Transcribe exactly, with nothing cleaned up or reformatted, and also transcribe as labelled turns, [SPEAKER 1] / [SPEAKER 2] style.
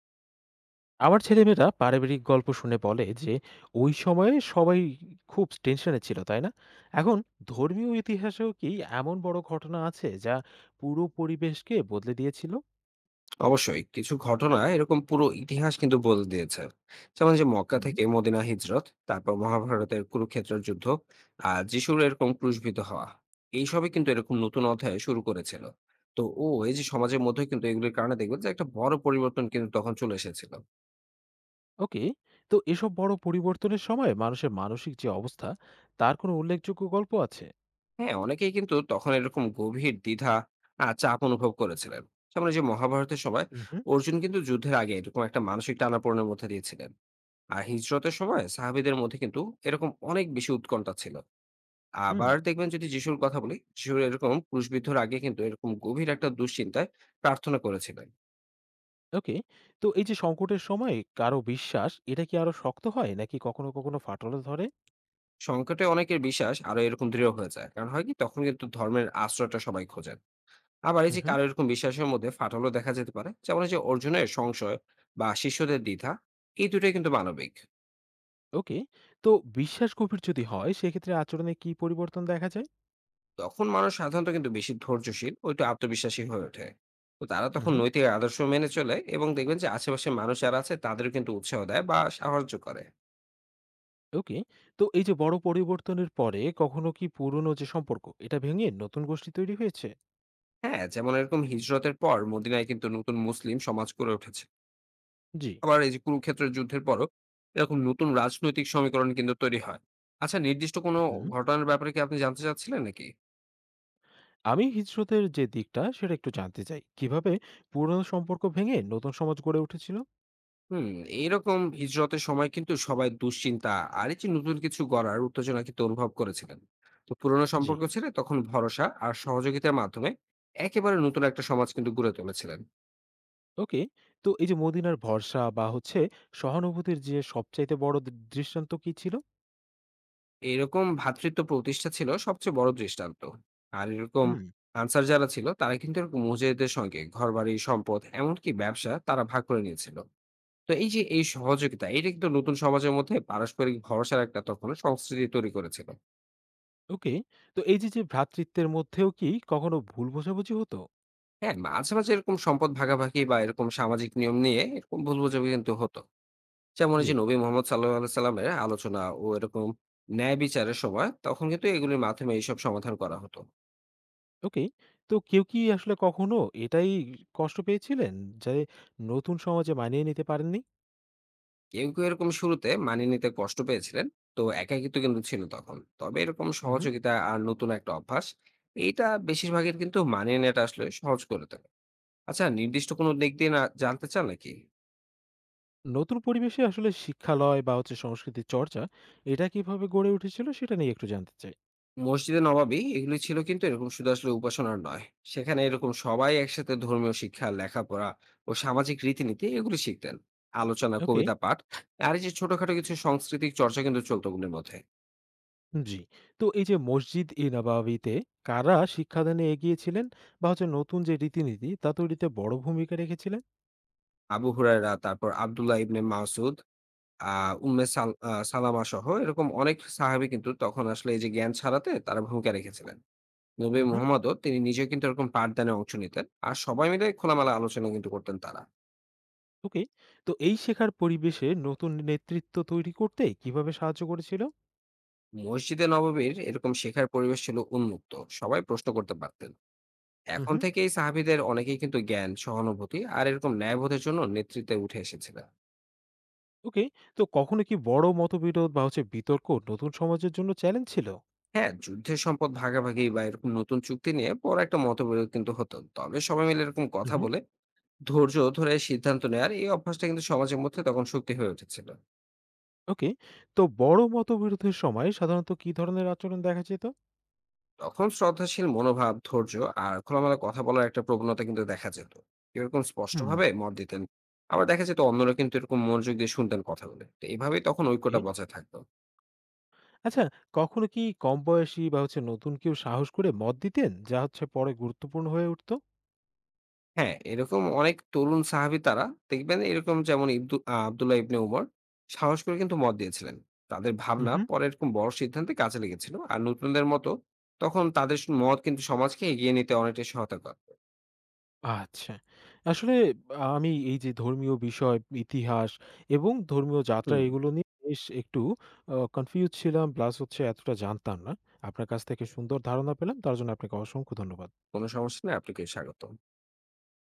[SPEAKER 1] আমার ছেলেমেয়েরা পারিবারিক গল্প শুনে বলে যে ওই সময়ে সবাই খুব টেনশনে ছিল, তাই না? এখন ধর্মীয় ইতিহাসেও কি এমন বড় ঘটনা আছে যা পুরো পরিবেশকে বদলে দিয়েছিল?
[SPEAKER 2] অবশ্যই কিছু ঘটনা এরকম পুরো ইতিহাস কিন্তু বদলে দিয়েছে। যেমন যে মক্কা
[SPEAKER 1] হুম।
[SPEAKER 2] থেকে মদিনা হিজরত, তারপর মহাভারতের কুরুক্ষেত্রের যুদ্ধ, আর যিশুর এরকম ক্রুশবিদ্ধ হওয়া, এইসবই কিন্তু এরকম নতুন অধ্যায় শুরু করেছিল। তো ও এই যে সমাজের মধ্যে কিন্তু এগুলির কারণে দেখবেন যে একটা বড় পরিবর্তন কিন্তু তখন চলে এসেছিল।
[SPEAKER 1] ওকে। তো এসব বড় পরিবর্তনের সময় মানুষের মানসিক যে অবস্থা, তার কোনো উল্লেখযোগ্য গল্প আছে?
[SPEAKER 2] হ্যাঁ, অনেকেই কিন্তু তখন এরকম গভীর দ্বিধা আর চাপ অনুভব করেছিলেন। যেমন এই যে মহাভারতের সময়
[SPEAKER 1] হুম হুম।
[SPEAKER 2] অর্জুন কিন্তু যুদ্ধের আগে এরকম একটা মানসিক টানাপোড়েনের মধ্যে দিয়েছিলেন। আর হিজরতের সময় সাহাবীদের মধ্যে কিন্তু এরকম অনেক বেশি উৎকণ্ঠা ছিল।
[SPEAKER 1] হুম।
[SPEAKER 2] আবার দেখবেন, যদি যিশুর কথা বলি, যিশু এরকম ক্রুশবিদ্ধর আগে কিন্তু এরকম গভীর একটা দুশ্চিন্তায় প্রার্থনা করেছিলেন।
[SPEAKER 1] ওকে। তো এই যে সংকটের সময় কারো বিশ্বাস এটা কি আরো শক্ত হয় নাকি কখনো কখনো ফাটলে ধরে?
[SPEAKER 2] সংকটে অনেকের বিশ্বাস আরো এরকম দৃঢ় হয়ে যায়। কারণ হয় কি? তখন কিন্তু ধর্মের আশ্রয়টা সবাই খোঁজেন। আবার এই যে
[SPEAKER 1] হুম।
[SPEAKER 2] কারো এরকম বিশ্বাসের মধ্যে ফাটলও দেখা যেতে পারে। যেমন এই যে অর্জুনের সংশয় বা শিষ্যদের দ্বিধা, এই দুটোই কিন্তু মানবিক।
[SPEAKER 1] ওকে। তো বিশ্বাস গভীর যদি হয় সেক্ষেত্রে আচরণে কি পরিবর্তন দেখা যায়?
[SPEAKER 2] তখন মানুষ সাধারণত কিন্তু বেশি ধৈর্যশীল ও একটু আত্মবিশ্বাসী হয়ে ওঠে। তো তারা
[SPEAKER 1] উম
[SPEAKER 2] তখন
[SPEAKER 1] হুম,
[SPEAKER 2] নৈতিক আদর্শ মেনে চলে, এবং দেখবেন যে আশেপাশের মানুষ যারা আছে তাদেরও কিন্তু উৎসাহ দেয় বা সাহায্য করে।
[SPEAKER 1] ওকে। তো এই যে বড় পরিবর্তনের পরে কখনো কি পুরনো যে সম্পর্ক এটা ভেঙে নতুন গোষ্ঠী তৈরি হয়েছে?
[SPEAKER 2] হ্যাঁ, যেমন এরকম হিজরতের পর মদিনায় কিন্তু নতুন মুসলিম সমাজ গড়ে উঠেছে।
[SPEAKER 1] জি।
[SPEAKER 2] আবার এই যে কুরুক্ষেত্রের যুদ্ধের পরও এরকম নতুন রাজনৈতিক সমীকরণ কিন্তু তৈরি হয়। আচ্ছা, নির্দিষ্ট কোনো
[SPEAKER 1] হুম।
[SPEAKER 2] ঘটনার ব্যাপারে কি আপনি জানতে চাচ্ছিলেন নাকি?
[SPEAKER 1] আমি হিজড়তের যে দিকটা সেটা একটু জানতে চাই। কিভাবে পুরনো সম্পর্ক ভেঙে নতুন সমাজ গড়ে উঠেছিল?
[SPEAKER 2] হুম। এরকম হিজরতের সময় কিন্তু সবাই দুশ্চিন্তা আর এই যে নতুন কিছু গড়ার উত্তেজনা কিন্তু অনুভব করেছিলেন। তো পুরোনো
[SPEAKER 1] জি।
[SPEAKER 2] সম্পর্ক ছেড়ে তখন ভরসা আর সহযোগিতার মাধ্যমে একেবারে নতুন একটা সমাজ কিন্তু গড়ে তুলেছিলেন।
[SPEAKER 1] ওকে। তো এই যে মদিনার ভরসা বা হচ্ছে সহানুভূতির যে সবচাইতে বড় দ দৃষ্টান্ত কি ছিল?
[SPEAKER 2] এরকম ভ্রাতৃত্ব প্রতিষ্ঠা ছিল সবচেয়ে বড় দৃষ্টান্ত। আর এরকম
[SPEAKER 1] হুম।
[SPEAKER 2] আনসার যারা ছিল তারা কিন্তু এরকম মুজাহিদের সঙ্গে ঘরবাড়ি, সম্পদ, এমনকি ব্যবসা তারা ভাগ করে নিয়েছিল। তো এই যে এই সহযোগিতা, এটা কিন্তু নতুন সমাজের মধ্যে পারস্পরিক ভরসার একটা তখন সংস্কৃতি তৈরি করেছিল।
[SPEAKER 1] ওকে। তো এই যে, যে ভ্রাতৃত্বের মধ্যেও কি কখনো ভুল বোঝাবুঝি হতো?
[SPEAKER 2] হ্যাঁ, মাঝে, মাঝে এরকম সম্পদ ভাগাভাগি বা এরকম সামাজিক নিয়ম নিয়ে এরকম ভুল বোঝাবুঝি কিন্তু হতো। যেমন এই
[SPEAKER 1] জি।
[SPEAKER 2] যে নবী মোহাম্মদ সাঃ এর আলোচনা ও এরকম ন্যায় বিচারের সময় তখন কিন্তু এগুলির মাধ্যমে এইসব সমাধান করা হতো।
[SPEAKER 1] ওকে। তো কেউ কি আসলে কখনো এটাই কষ্ট পেয়েছিলেন যে নতুন সমাজে মানিয়ে নিতে পারেননি?
[SPEAKER 2] কেউ, কেউ এরকম শুরুতে মানিয়ে নিতে কষ্ট পেয়েছিলেন। তো একাকিত্ব কিন্তু ছিল তখন। তবে এরকম
[SPEAKER 1] উহু।
[SPEAKER 2] সহযোগিতা আর নতুন একটা অভ্যাস, এইটা বেশিরভাগের কিন্তু মানিয়ে নেওয়াটা আসলে সহজ করে তোলে। আচ্ছা, নির্দিষ্ট কোনো দিক দিয়ে না জানতে চান নাকি?
[SPEAKER 1] নতুন পরিবেশে আসলে শিক্ষালয় বা হচ্ছে সংস্কৃতির চর্চা এটা কিভাবে গড়ে উঠেছিল সেটা নিয়ে একটু জানতে চাই।
[SPEAKER 2] মসজিদে নবাবী এগুলি ছিল কিন্তু এরকম শুধু আসলে উপাসনা নয়, সেখানে এরকম সবাই একসাথে ধর্মীয় শিক্ষা, লেখাপড়া ও সামাজিক রীতিনীতি এগুলি শিখতেন। আলোচনা,
[SPEAKER 1] ওকে,
[SPEAKER 2] কবিতা পাঠ, আর এই যে ছোটখাটো কিছু সাংস্কৃতিক চর্চা কিন্তু চলতো ওগুলির মধ্যে।
[SPEAKER 1] জি। তো এই যে মসজিদ ই নবাবিতে কারা শিক্ষাদানে এগিয়েছিলেন বা হচ্ছে নতুন যে রীতিনীতি তা তৈরিতে বড় ভূমিকা রেখেছিলেন?
[SPEAKER 2] আবু হুরায়রা, তারপর আব্দুল্লাহ ইবনে মাসুদ, আহ উম্মে সাল- আহ, সালামা সহ এরকম অনেক সাহাবী কিন্তু তখন আসলে এই যে জ্ঞান ছাড়াতে তারা ভূমিকা রেখেছিলেন। নবী
[SPEAKER 1] উহু।
[SPEAKER 2] মুহাম্মদও তিনি নিজে কিন্তু এরকম পাঠদানে অংশ নিতেন, আর সবাই মিলে খোলামেলা আলোচনা কিন্তু করতেন তারা।
[SPEAKER 1] ওকে। তো এই শেখার পরিবেশে নতুন নেতৃত্ব তৈরি করতে কিভাবে সাহায্য করেছিল?
[SPEAKER 2] মসজিদে নববীর এরকম শেখার পরিবেশ ছিল উন্মুক্ত, সবাই প্রশ্ন করতে পারতেন। এখন থেকেই সাহাবীদের অনেকেই কিন্তু জ্ঞান, সহানুভূতি আর এরকম ন্যায়বোধের জন্য নেতৃত্বে উঠে এসেছিলেন।
[SPEAKER 1] ওকে। তো কখনো কি বড় মতবিরোধ বা হচ্ছে বিতর্ক নতুন সমাজের জন্য চ্যালেঞ্জ ছিল?
[SPEAKER 2] হ্যাঁ, যুদ্ধের সম্পদ ভাগাভাগি বা এরকম নতুন চুক্তি নিয়ে বড় একটা মতবিরোধ কিন্তু হতো, তবে সবাই মিলে এরকম
[SPEAKER 1] হুম,
[SPEAKER 2] কথা
[SPEAKER 1] হুম।
[SPEAKER 2] বলে ধৈর্য ধরে সিদ্ধান্ত নেওয়ার এই অভ্যাসটা কিন্তু সমাজের মধ্যে তখন শক্তি হয়ে উঠেছিল।
[SPEAKER 1] ওকে। তো বড় মতবিরোধের সময় সাধারণত কি ধরনের আচরণ দেখা যেত?
[SPEAKER 2] তখন শ্রদ্ধাশীল মনোভাব, ধৈর্য আর খোলামেলা কথা বলার একটা প্রবণতা কিন্তু দেখা যেত। এরকম
[SPEAKER 1] হুম।
[SPEAKER 2] স্পষ্টভাবে মত দিতেন। আবার দেখা যেত অন্যরা কিন্তু এরকম মনোযোগ দিয়ে শুনতেন কথাগুলো। তো এভাবেই তখন
[SPEAKER 1] ওকে।
[SPEAKER 2] ঐক্যটা বজায় থাকতো।
[SPEAKER 1] আচ্ছা, কখনো কি কম বয়সী বা হচ্ছে নতুন কেউ সাহস করে মত দিতেন যা হচ্ছে পরে গুরুত্বপূর্ণ হয়ে উঠত?
[SPEAKER 2] হ্যাঁ, এরকম অনেক তরুণ সাহাবী তারা, দেখবেন এরকম যেমন ইবদু আ আব্দুল্লাহ ইবনে উমর সাহস করে কিন্তু মত দিয়েছিলেন। তাদের
[SPEAKER 1] হুম,
[SPEAKER 2] ভাবনা
[SPEAKER 1] হুম।
[SPEAKER 2] পরে এরকম বড় সিদ্ধান্তে কাজে লেগেছিল। আর নতুনদের মতো তখন তাদের স মত কিন্তু সমাজকে এগিয়ে নিতে অনেকটাই সহায়তা করত।
[SPEAKER 1] আচ্ছা। আসলে আমি এই যে ধর্মীয় বিষয়, ইতিহাস এবং ধর্মীয় যাত্রা
[SPEAKER 2] হুম,
[SPEAKER 1] এগুলো নিয়ে বেশ একটু আ কনফিউজড ছিলাম, প্লাস হচ্ছে এতটা জানতাম না। আপনার কাছ থেকে সুন্দর ধারণা পেলাম। তার জন্য আপনাকে অসংখ্য ধন্যবাদ।
[SPEAKER 2] কোনো সমস্যা নেই। আপনাকে স্বাগতম।